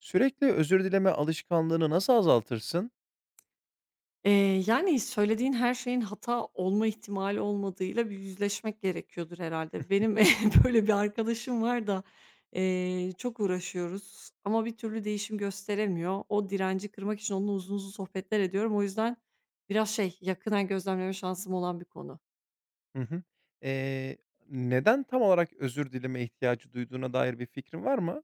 Sürekli özür dileme alışkanlığını nasıl azaltırsın? Yani, söylediğin her şeyin hata olma ihtimali olmadığıyla bir yüzleşmek gerekiyordur herhalde. Benim böyle bir arkadaşım var da, çok uğraşıyoruz ama bir türlü değişim gösteremiyor. O direnci kırmak için onunla uzun uzun sohbetler ediyorum. O yüzden biraz şey, yakından gözlemleme şansım olan bir konu. Hı hı. Eee, Neden tam olarak özür dileme ihtiyacı duyduğuna dair bir fikrin var mı?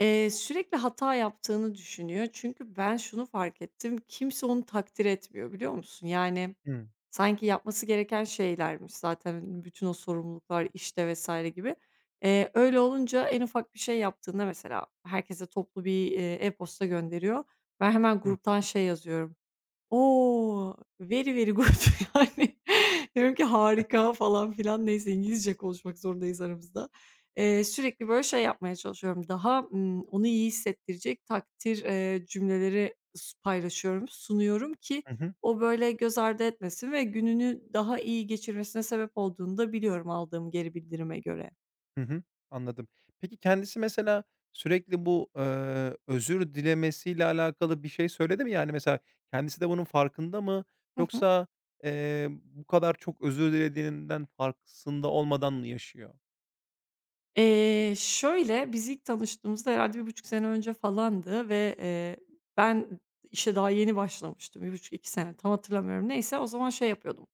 Sürekli hata yaptığını düşünüyor. Çünkü ben şunu fark ettim, kimse onu takdir etmiyor, biliyor musun? Yani. Hıı. Sanki yapması gereken şeylermiş zaten hani, bütün o sorumluluklar, işte vesaire gibi. Öyle olunca en ufak bir şey yaptığında mesela herkese toplu bir, e-posta gönderiyor. Ben hemen Hı. gruptan şey yazıyorum. O! Very, very good yani. Diyorum ki harika falan filan. Neyse İngilizce konuşmak zorundayız aramızda. Sürekli böyle şey yapmaya çalışıyorum. Daha, onu iyi hissettirecek takdir, cümleleri paylaşıyorum, sunuyorum ki Hı hı. o böyle göz ardı etmesin ve gününü daha iyi geçirmesine sebep olduğunu da biliyorum aldığım geri bildirime göre. Hı hı, anladım. Peki kendisi mesela sürekli bu özür dilemesiyle alakalı bir şey söyledi mi? Yani mesela kendisi de bunun farkında mı Hı hı. yoksa bu kadar çok özür dilediğinden farkında olmadan mı yaşıyor? Şöyle, biz ilk tanıştığımızda herhâlde 1,5 sene önce falandı ve, ben işe daha yeni başlamıştım. Bir buçuk iki sene tam hatırlamıyorum. Neyse o zaman şey yapıyordum.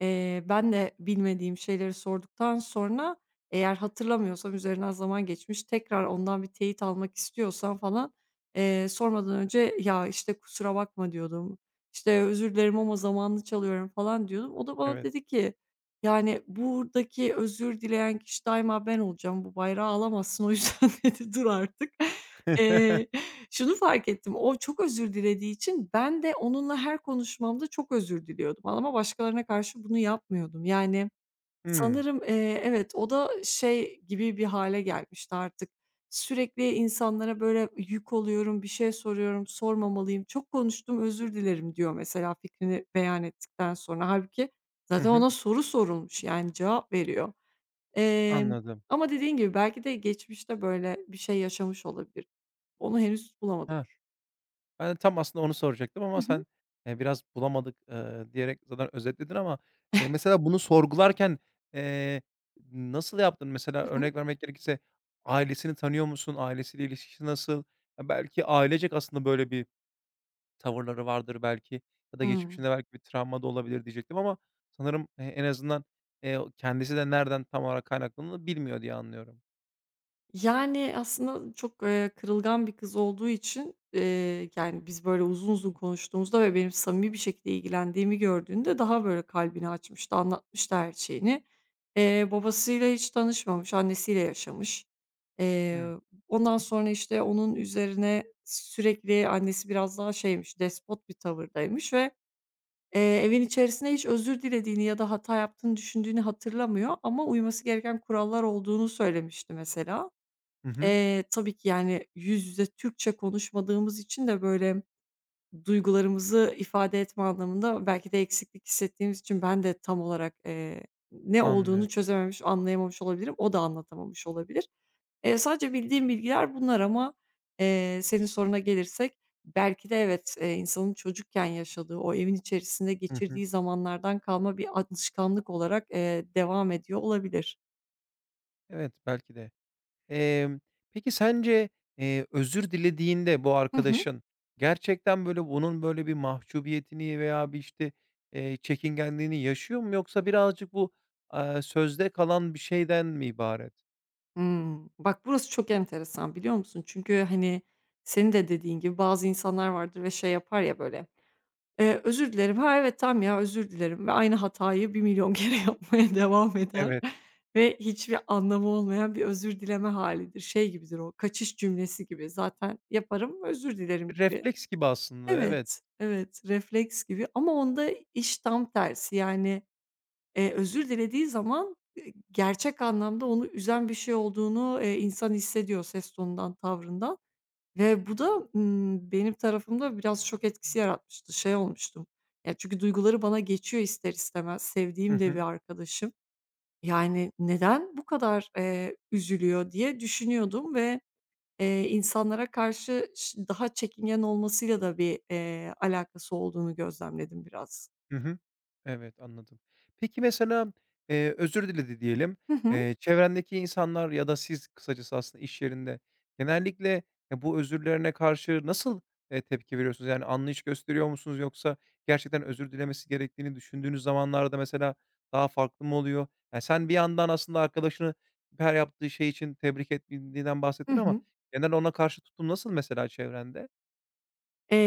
Ben de bilmediğim şeyleri sorduktan sonra eğer hatırlamıyorsam, üzerinden zaman geçmiş, tekrar ondan bir teyit almak istiyorsam falan, sormadan önce, "Ya, işte, kusura bakma." diyordum. İşte, "Özür dilerim ama zamanını çalıyorum." falan diyordum. O da bana Evet. dedi ki, "Yani, buradaki özür dileyen kişi daima ben olacağım. Bu bayrağı alamazsın. O yüzden" dedi, "dur artık." Şunu fark ettim, o çok özür dilediği için ben de onunla her konuşmamda çok özür diliyordum ama başkalarına karşı bunu yapmıyordum. Yani Hımm. sanırım, evet, o da şey gibi bir hale gelmişti artık. Sürekli insanlara böyle yük oluyorum, bir şey soruyorum, sormamalıyım, çok konuştum, özür dilerim diyor mesela fikrini beyan ettikten sonra. Halbuki Hı zaten hı. ona soru sorulmuş, yani cevap veriyor. Emm, Anladım. ama dediğin gibi belki de geçmişte böyle bir şey yaşamış olabilir. Onu henüz bulamadık. Heh. Ben de tam aslında onu soracaktım Hı ama hı. sen biraz bulamadık diyerek zaten özetledin ama mesela bunu sorgularken, eee, nasıl yaptın? Mesela Hı hı. örnek vermek gerekirse ailesini tanıyor musun? Ailesiyle ilişkisi nasıl? Ya, belki ailecek aslında böyle bir tavırları vardır belki ya da Hımm. geçmişinde belki bir travma da olabilir diyecektim ama sanırım en azından, o kendisi de nereden tam olarak kaynaklandığını bilmiyor diye anlıyorum. Yani, aslında çok, kırılgan bir kız olduğu için, yani, biz böyle uzun uzun konuştuğumuzda ve benim samimi bir şekilde ilgilendiğimi gördüğünde daha böyle kalbini açmıştı, anlatmıştı her şeyini. Babasıyla hiç tanışmamış, annesiyle yaşamış. Eee, ondan sonra, işte, onun üzerine sürekli annesi biraz daha şeymiş, despot bir tavırdaymış ve evin içerisinde hiç özür dilediğini ya da hata yaptığını düşündüğünü hatırlamıyor ama uyması gereken kurallar olduğunu söylemişti mesela. Hı hı. Tabii ki, yani, yüz yüze Türkçe konuşmadığımız için de, böyle, duygularımızı ifade etme anlamında belki de eksiklik hissettiğimiz için ben de tam olarak, ne olduğunu Anlıyorum. çözememiş, anlayamamış olabilirim. O da anlatamamış olabilir. Sadece bildiğim bilgiler bunlar ama, senin soruna gelirsek belki de evet, insanın çocukken yaşadığı, o evin içerisinde Hı hı. geçirdiği zamanlardan kalma bir alışkanlık olarak, devam ediyor olabilir. Evet, belki de. Emm, peki sence özür dilediğinde bu Hı hı. arkadaşın gerçekten, böyle, bunun, böyle, bir mahcubiyetini veya bir, işte çekingenliğini yaşıyor mu yoksa birazcık bu, sözde kalan bir şeyden mi ibaret? Hımm. Bak burası çok enteresan biliyor musun? Çünkü, hani, senin de dediğin gibi bazı insanlar vardır ve şey yapar ya böyle. Özür dilerim. Ha, evet, tam ya, özür dilerim ve aynı hatayı 1.000.000 kere yapmaya devam eder Evet, ve hiçbir anlamı olmayan bir özür dileme hâlidir. Şey gibidir o, kaçış cümlesi gibi zaten yaparım, özür dilerim bir gibi. refleks gibi aslında, evet. Evet, evet, refleks gibi ama onda iş tam tersi. Yani, özür dilediği zaman, gerçek anlamda onu üzen bir şey olduğunu, insan hissediyor ses tonundan, tavrından. Ve bu da, benim tarafımda biraz şok etkisi yaratmıştı. Şey olmuştum, ya, çünkü duyguları bana geçiyor ister istemez. Hı Sevdiğim de bir hı. arkadaşım. Yani, neden bu kadar, üzülüyor diye düşünüyordum ve, insanlara karşı daha çekingen olmasıyla da bir, alakası olduğunu gözlemledim biraz. Hı hı. Evet, anladım. Peki mesela, özür diledi diyelim. Hı hı. Çevrendeki insanlar ya da siz kısacası aslında iş yerinde genellikle, bu özürlerine karşı nasıl tepki veriyorsunuz? Yani anlayış gösteriyor musunuz yoksa gerçekten özür dilemesi gerektiğini düşündüğünüz zamanlarda mesela daha farklı mı oluyor? Ya, sen bir yandan aslında arkadaşını her yaptığı şey için tebrik ettiğinden Hı bahsettin ama hı. genel ona karşı tutum nasıl mesela çevrende? Eee,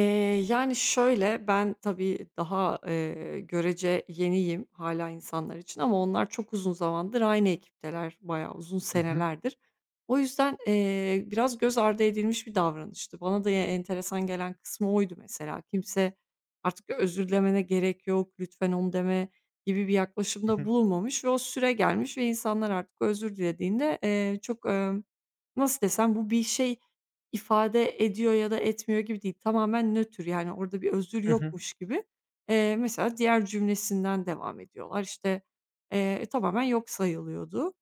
yani, şöyle, ben tabii daha, görece yeniyim hala insanlar için ama onlar çok uzun zamandır aynı ekipteler, bayağı uzun Hı hı. senelerdir. O yüzden, biraz göz ardı edilmiş bir davranıştı. Bana da ya enteresan gelen kısmı oydu mesela. Kimse artık özür dilemene gerek yok, lütfen onu deme gibi bir Hı yaklaşımda hı. bulunmamış ve o süre gelmiş ve insanlar artık özür dilediğinde, çok, nasıl desem, bu bir şey ifade ediyor ya da etmiyor gibi değil. Tamamen nötr yani orada bir özür Hı hı. yokmuş gibi. Mesela diğer cümlesinden devam ediyorlar. İşte, tamamen yok sayılıyordu.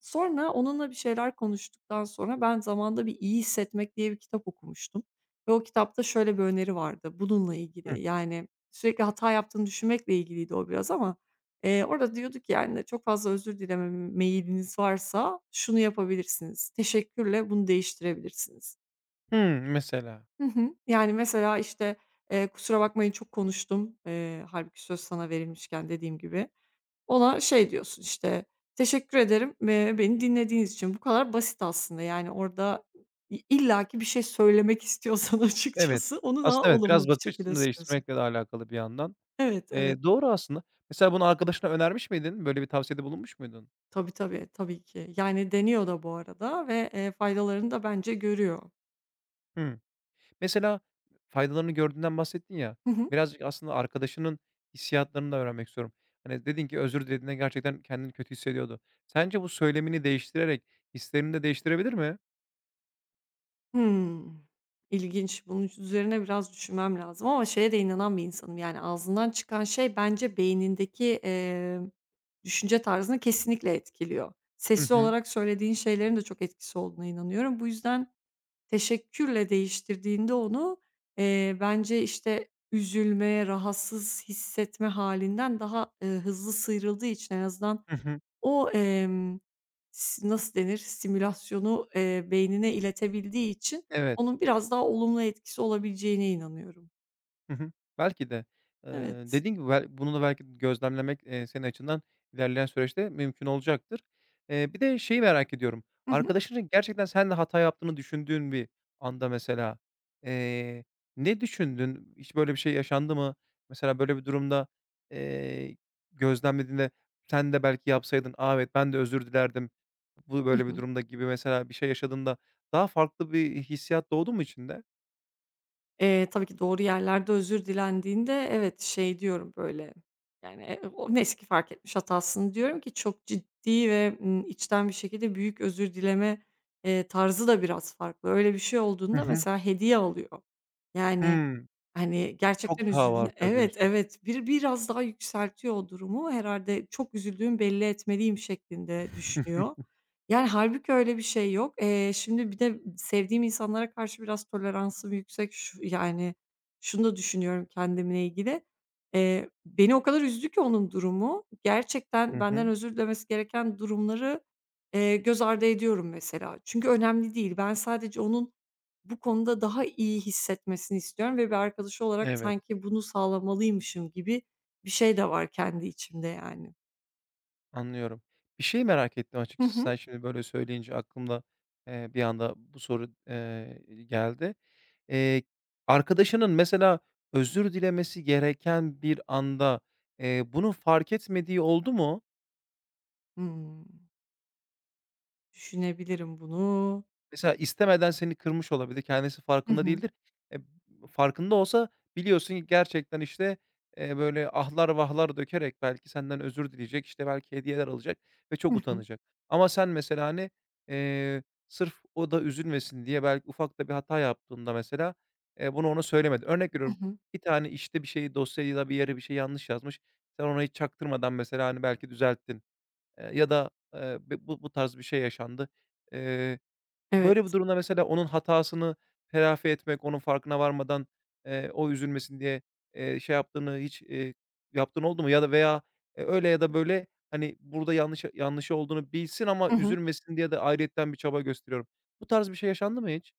Sonra onunla bir şeyler konuştuktan sonra ben zamanda bir iyi Hissetmek diye bir kitap okumuştum ve o kitapta şöyle bir öneri vardı bununla Hı. ilgili. Yani sürekli hata yaptığını düşünmekle ilgiliydi o biraz ama, orada diyorduk ki yani çok fazla özür dileme meyiliniz varsa şunu yapabilirsiniz. Teşekkürle bunu değiştirebilirsiniz. Hımm, mesela. Hı hı. Yani, mesela, işte, "Kusura bakmayın çok konuştum." Hâlbuki söz sana verilmişken dediğim gibi. Ona şey diyorsun, işte, "Teşekkür ederim, beni dinlediğiniz için." Bu kadar basit aslında. Yani, orada illaki bir şey söylemek istiyorsan Evet. açıkçası onu daha Aslında evet, olumlu biraz bir bakış şekilde açısını sunuyorsun. değiştirmekle de alakalı bir yandan. Evet, evet. Doğru aslında. Mesela bunu arkadaşına önermiş miydin? Böyle bir tavsiyede bulunmuş muydun? Tabii, tabii, tabii ki. Yani, deniyor da bu arada ve, faydalarını da bence görüyor. Hımm. Mesela faydalarını gördüğünden bahsettin ya, Hı hı. birazcık aslında arkadaşının hissiyatlarını da öğrenmek istiyorum. Hani, dedin ki özür dilediğinde gerçekten kendini kötü hissediyordu. Sence bu söylemini değiştirerek hislerini de değiştirebilir mi? Hımm. İlginç. Bunun üzerine biraz düşünmem lazım ama şeye de inanan bir insanım, yani, ağzından çıkan şey bence beynindeki, düşünce tarzını kesinlikle etkiliyor. Hı Sesli hı. olarak söylediğin şeylerin de çok etkisi olduğuna inanıyorum. Bu yüzden teşekkürle değiştirdiğinde onu, bence, işte, üzülme, rahatsız hissetme hâlinden daha, hızlı sıyrıldığı için en azından Hı hı. o, si nasıl denir, simülasyonu, beynine iletebildiği için Evet. onun biraz daha olumlu etkisi olabileceğine inanıyorum. Hı hı. Belki de. Eee, Evet. Dediğin gibi bunu da belki gözlemlemek, senin açından ilerleyen süreçte mümkün olacaktır. Bir de şeyi merak ediyorum. Hı hı. Arkadaşının gerçekten sen de hata yaptığını düşündüğün bir anda mesela, eee, ne düşündün? Hiç böyle bir şey yaşandı mı? Mesela böyle bir durumda, eee, gözlemlediğinde sen de belki yapsaydın, "A, evet, ben de özür dilerdim. Bu Hı böyle bir hı. durumda." gibi mesela bir şey yaşadığında daha farklı bir hissiyat doğdu mu içinde? Tabii ki doğru yerlerde özür dilendiğinde evet, şey diyorum böyle, yani, o neyse ki fark etmiş hatasını diyorum ki çok ciddi ve, içten bir şekilde büyük özür dileme, tarzı da biraz farklı. Öyle bir şey Hı olduğunda hı. mesela hediye alıyor. Yani. Hımm. Hani, gerçekten "Çok daha üzüldün. var." Evet, diyorsun. evet. Biraz daha yükseltiyor o durumu. Herhalde çok üzüldüğüm belli etmeliyim şeklinde düşünüyor. Yani, hâlbuki öyle bir şey yok. Şimdi bir de sevdiğim insanlara karşı biraz toleransım yüksek. Şu yani, şunu da düşünüyorum kendimle ilgili. Beni o kadar üzdü ki onun durumu, Hı gerçekten benden hı. özür dilemesi gereken durumları, göz ardı ediyorum mesela. Çünkü önemli değil. Ben sadece onun bu konuda daha iyi hissetmesini istiyorum ve bir arkadaşı olarak Evet, sanki bunu sağlamalıymışım gibi bir şey de var kendi içimde yani. anlıyorum. Bir şey merak ettim Hı açıkçası hı. sen şimdi böyle söyleyince aklımda, bir anda bu soru, geldi. Eee, Arkadaşının mesela özür dilemesi gereken bir anda, bunu fark etmediği oldu mu? Hımm. Düşünebilirim bunu. Mesela istemeden seni kırmış olabilir, kendisi Hı farkında hı. değildir. E, farkında olsa biliyorsun ki gerçekten, işte, böyle ahlar vahlar dökerek belki senden özür dileyecek, işte, belki hediyeler alacak ve Hı çok hı. utanacak. Ama sen mesela, hani, sırf o da üzülmesin diye belki ufak da bir hata yaptığında mesela, bunu ona söylemedin. Örnek Hı veriyorum, hı. bir tane, işte, bir şeyi dosyayı da bir yere bir şey yanlış yazmış. Sen ona hiç çaktırmadan mesela, hani, belki düzelttin, ya da, bu tarz bir şey yaşandı. Eee Böyle Evet. bir durumda mesela onun hatasını telafi etmek, onun farkına varmadan, o üzülmesin diye, şey yaptığını hiç, yaptığın oldu mu? Ya da veya, öyle ya da böyle, hani, burada yanlış yanlışı olduğunu bilsin ama Hı hı. üzülmesin diye de ayrıyeten bir çaba gösteriyorum. Bu tarz bir şey yaşandı mı hiç?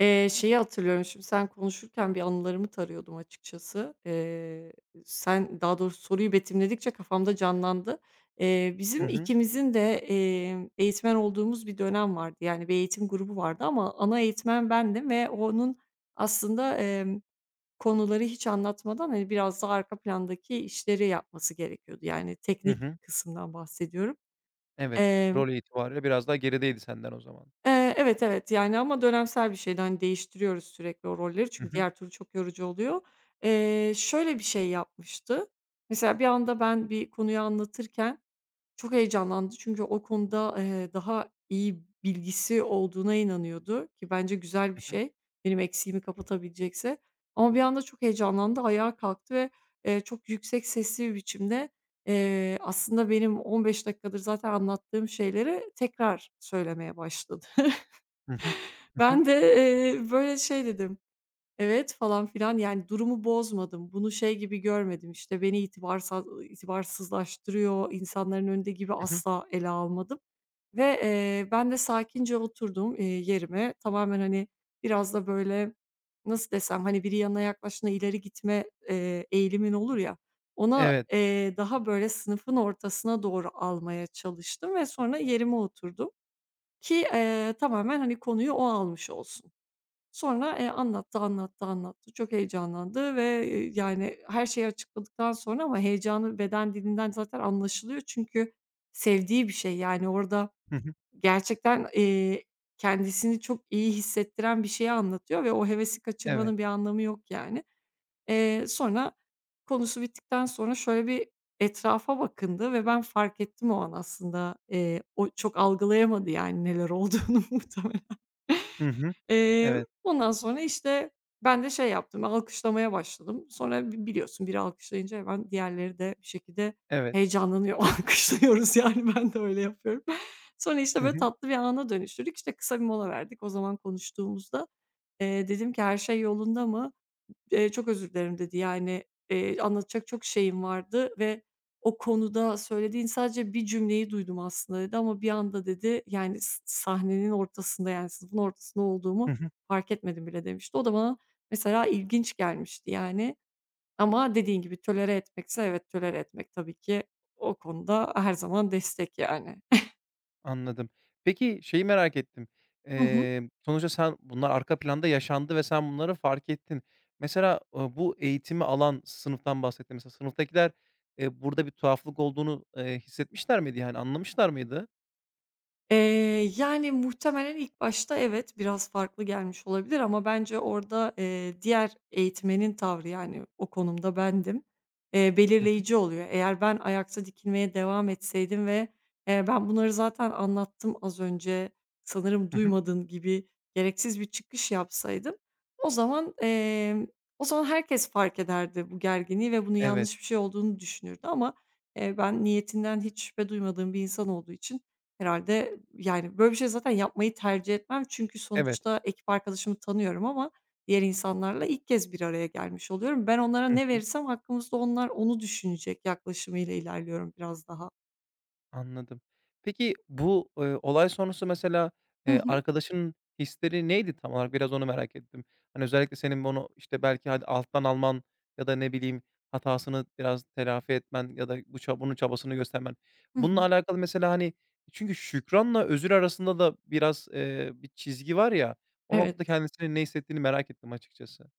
Şeyi hatırlıyorum şimdi sen konuşurken bir anılarımı tarıyordum açıkçası. Sen daha doğrusu soruyu betimledikçe kafamda canlandı. Eee, Hı bizim hı. ikimizin de, eğitmen olduğumuz bir dönem vardı. Yani bir eğitim grubu vardı ama ana eğitmen bendim ve onun aslında, konuları hiç anlatmadan, hani, biraz daha arka plandaki işleri yapması gerekiyordu. Yani Hı teknik hı. kısımdan bahsediyorum. Evet. Emm Rol itibariyle biraz daha gerideydi senden o zaman. evet, evet, yani, ama dönemsel bir şeydi. Hani, değiştiriyoruz sürekli o rolleri Hı çünkü hı. diğer türlü çok yorucu oluyor. Şöyle bir şey yapmıştı. Mesela bir anda ben bir konuyu anlatırken çok heyecanlandı çünkü o konuda, daha iyi bilgisi olduğuna inanıyordu ki bence güzel Hı bir hı. şey, benim eksiğimi kapatabilecekse. Ama bir anda çok heyecanlandı, ayağa kalktı ve, çok yüksek sesli bir biçimde, aslında benim 15 dakikadır zaten anlattığım şeyleri tekrar söylemeye başladı. Hı hı. Hı hı. Ben de, böyle şey dedim, "Evet." falan filan. Yani, durumu bozmadım. Bunu şey gibi görmedim, işte, beni itibarsızlaştırıyor insanların önünde gibi Hı hı. asla ele almadım ve, ben de sakince oturdum, yerime. Tamamen, hani, biraz da böyle, nasıl desem, hani, biri yanına yaklaştığında ileri gitme, eğilimin olur ya, ona, Evet. Daha böyle sınıfın ortasına doğru almaya çalıştım ve sonra yerime oturdum ki, tamamen, hani, konuyu o almış olsun. Sonra, anlattı, anlattı, anlattı. Çok heyecanlandı ve, yani, her şeyi açıkladıktan sonra ama heyecanı beden dilinden zaten anlaşılıyor çünkü sevdiği bir şey. Yani, orada Hı hı. gerçekten, kendisini çok iyi hissettiren bir şeyi anlatıyor ve o hevesi Evet. kaçırmanın bir anlamı yok, yani. Sonra konusu bittikten sonra şöyle bir etrafa bakındı ve ben fark ettim o an aslında. O çok algılayamadı, yani, neler olduğunu muhtemelen. Hı hı. Eee, Evet. ondan sonra, işte, ben de şey yaptım, alkışlamaya başladım. Sonra biliyorsun biri alkışlayınca hemen diğerleri de bir şekilde Evet. heyecanlanıyor. Alkışlıyoruz yani ben de öyle yapıyorum. Sonra, işte, Hı böyle hı. tatlı bir ana dönüştürdük. İşte, kısa bir mola verdik. O zaman konuştuğumuzda, dedim ki her şey yolunda mı? "Çok özür dilerim." dedi. Yani, "Anlatacak çok şeyim vardı ve o konuda söylediğin sadece bir cümleyi duydum aslında." dedi ama bir anda dedi, yani, sahnenin ortasında, yani, sınıfın ortasında Hı olduğumu hı. fark etmedim bile." demişti. O da bana mesela ilginç gelmişti, yani. Ama dediğin gibi tolere etmekse evet, tolere etmek tabii ki o konuda her zaman destek, yani. Anladım. Peki, şeyi merak ettim. Sonuçta sen bunlar arka planda yaşandı ve sen bunları fark ettin. Mesela, bu eğitimi alan sınıftan bahsettin. Mesela sınıftakiler, burada bir tuhaflık olduğunu, hissetmişler miydi? Yani anlamışlar mıydı? Eee, yani, muhtemelen ilk başta evet, biraz farklı gelmiş olabilir ama bence orada, diğer eğitmenin tavrı, yani, o konumda bendim, Hı hı. belirleyici oluyor. Eğer ben ayakta dikilmeye devam etseydim ve, ben bunları zaten anlattım az önce, sanırım Hı hı. duymadın gibi gereksiz bir çıkış yapsaydım, o zaman, emm, o zaman herkes fark ederdi bu gerginliği ve bunu Evet. yanlış bir şey olduğunu düşünürdü ama, ben niyetinden hiç şüphe duymadığım bir insan olduğu için Herhâlde, yani, böyle bir şey zaten yapmayı tercih etmem. Çünkü Evet. sonuçta ekip arkadaşımı tanıyorum ama diğer insanlarla ilk kez bir araya gelmiş oluyorum. Ben onlara Hı ne hı. verirsem hakkımızda onlar onu düşünecek yaklaşımıyla ilerliyorum biraz daha. Anladım. Peki bu olay sonrası mesela, Hı eee, hı. arkadaşının hisleri neydi tam olarak? Biraz onu merak ettim. Hani, özellikle senin bunu, işte, belki hadi alttan alman ya da ne bileyim hatasını biraz telafi etmen ya da bu ça bunun çabasını göstermen. Hı Bununla hı. alakalı mesela, hani, çünkü şükranla özür arasında da biraz, bir çizgi var ya, o Evet. noktada kendisinin ne hissettiğini merak ettim açıkçası.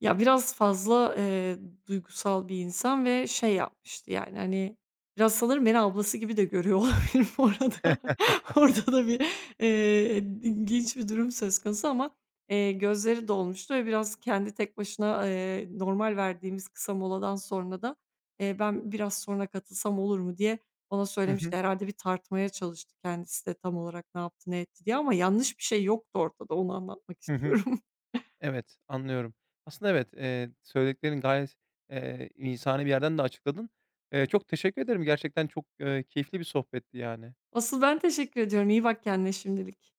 Ya, biraz fazla, duygusal bir insan ve şey yapmıştı, yani, hani, biraz sanırım beni ablası gibi de görüyor olabilir bu arada. Orada da bir, eee, ilginç bir durum söz konusu ama, gözleri dolmuştu ve biraz kendi tek başına, normal verdiğimiz kısa moladan sonra da, ben biraz sonra katılsam olur mu diye ona Hı hı. söylemişti. Herhalde bir tartmaya çalıştı kendisi de tam olarak ne yaptı, ne etti diye ama yanlış bir şey yoktu ortada, onu anlatmak Hı hı. istiyorum. Evet, anlıyorum. Aslında evet, söylediklerin gayet, insani bir yerden de açıkladın. Çok teşekkür ederim. Gerçekten çok, keyifli bir sohbetti yani. Asıl ben teşekkür ediyorum. İyi bak kendine şimdilik.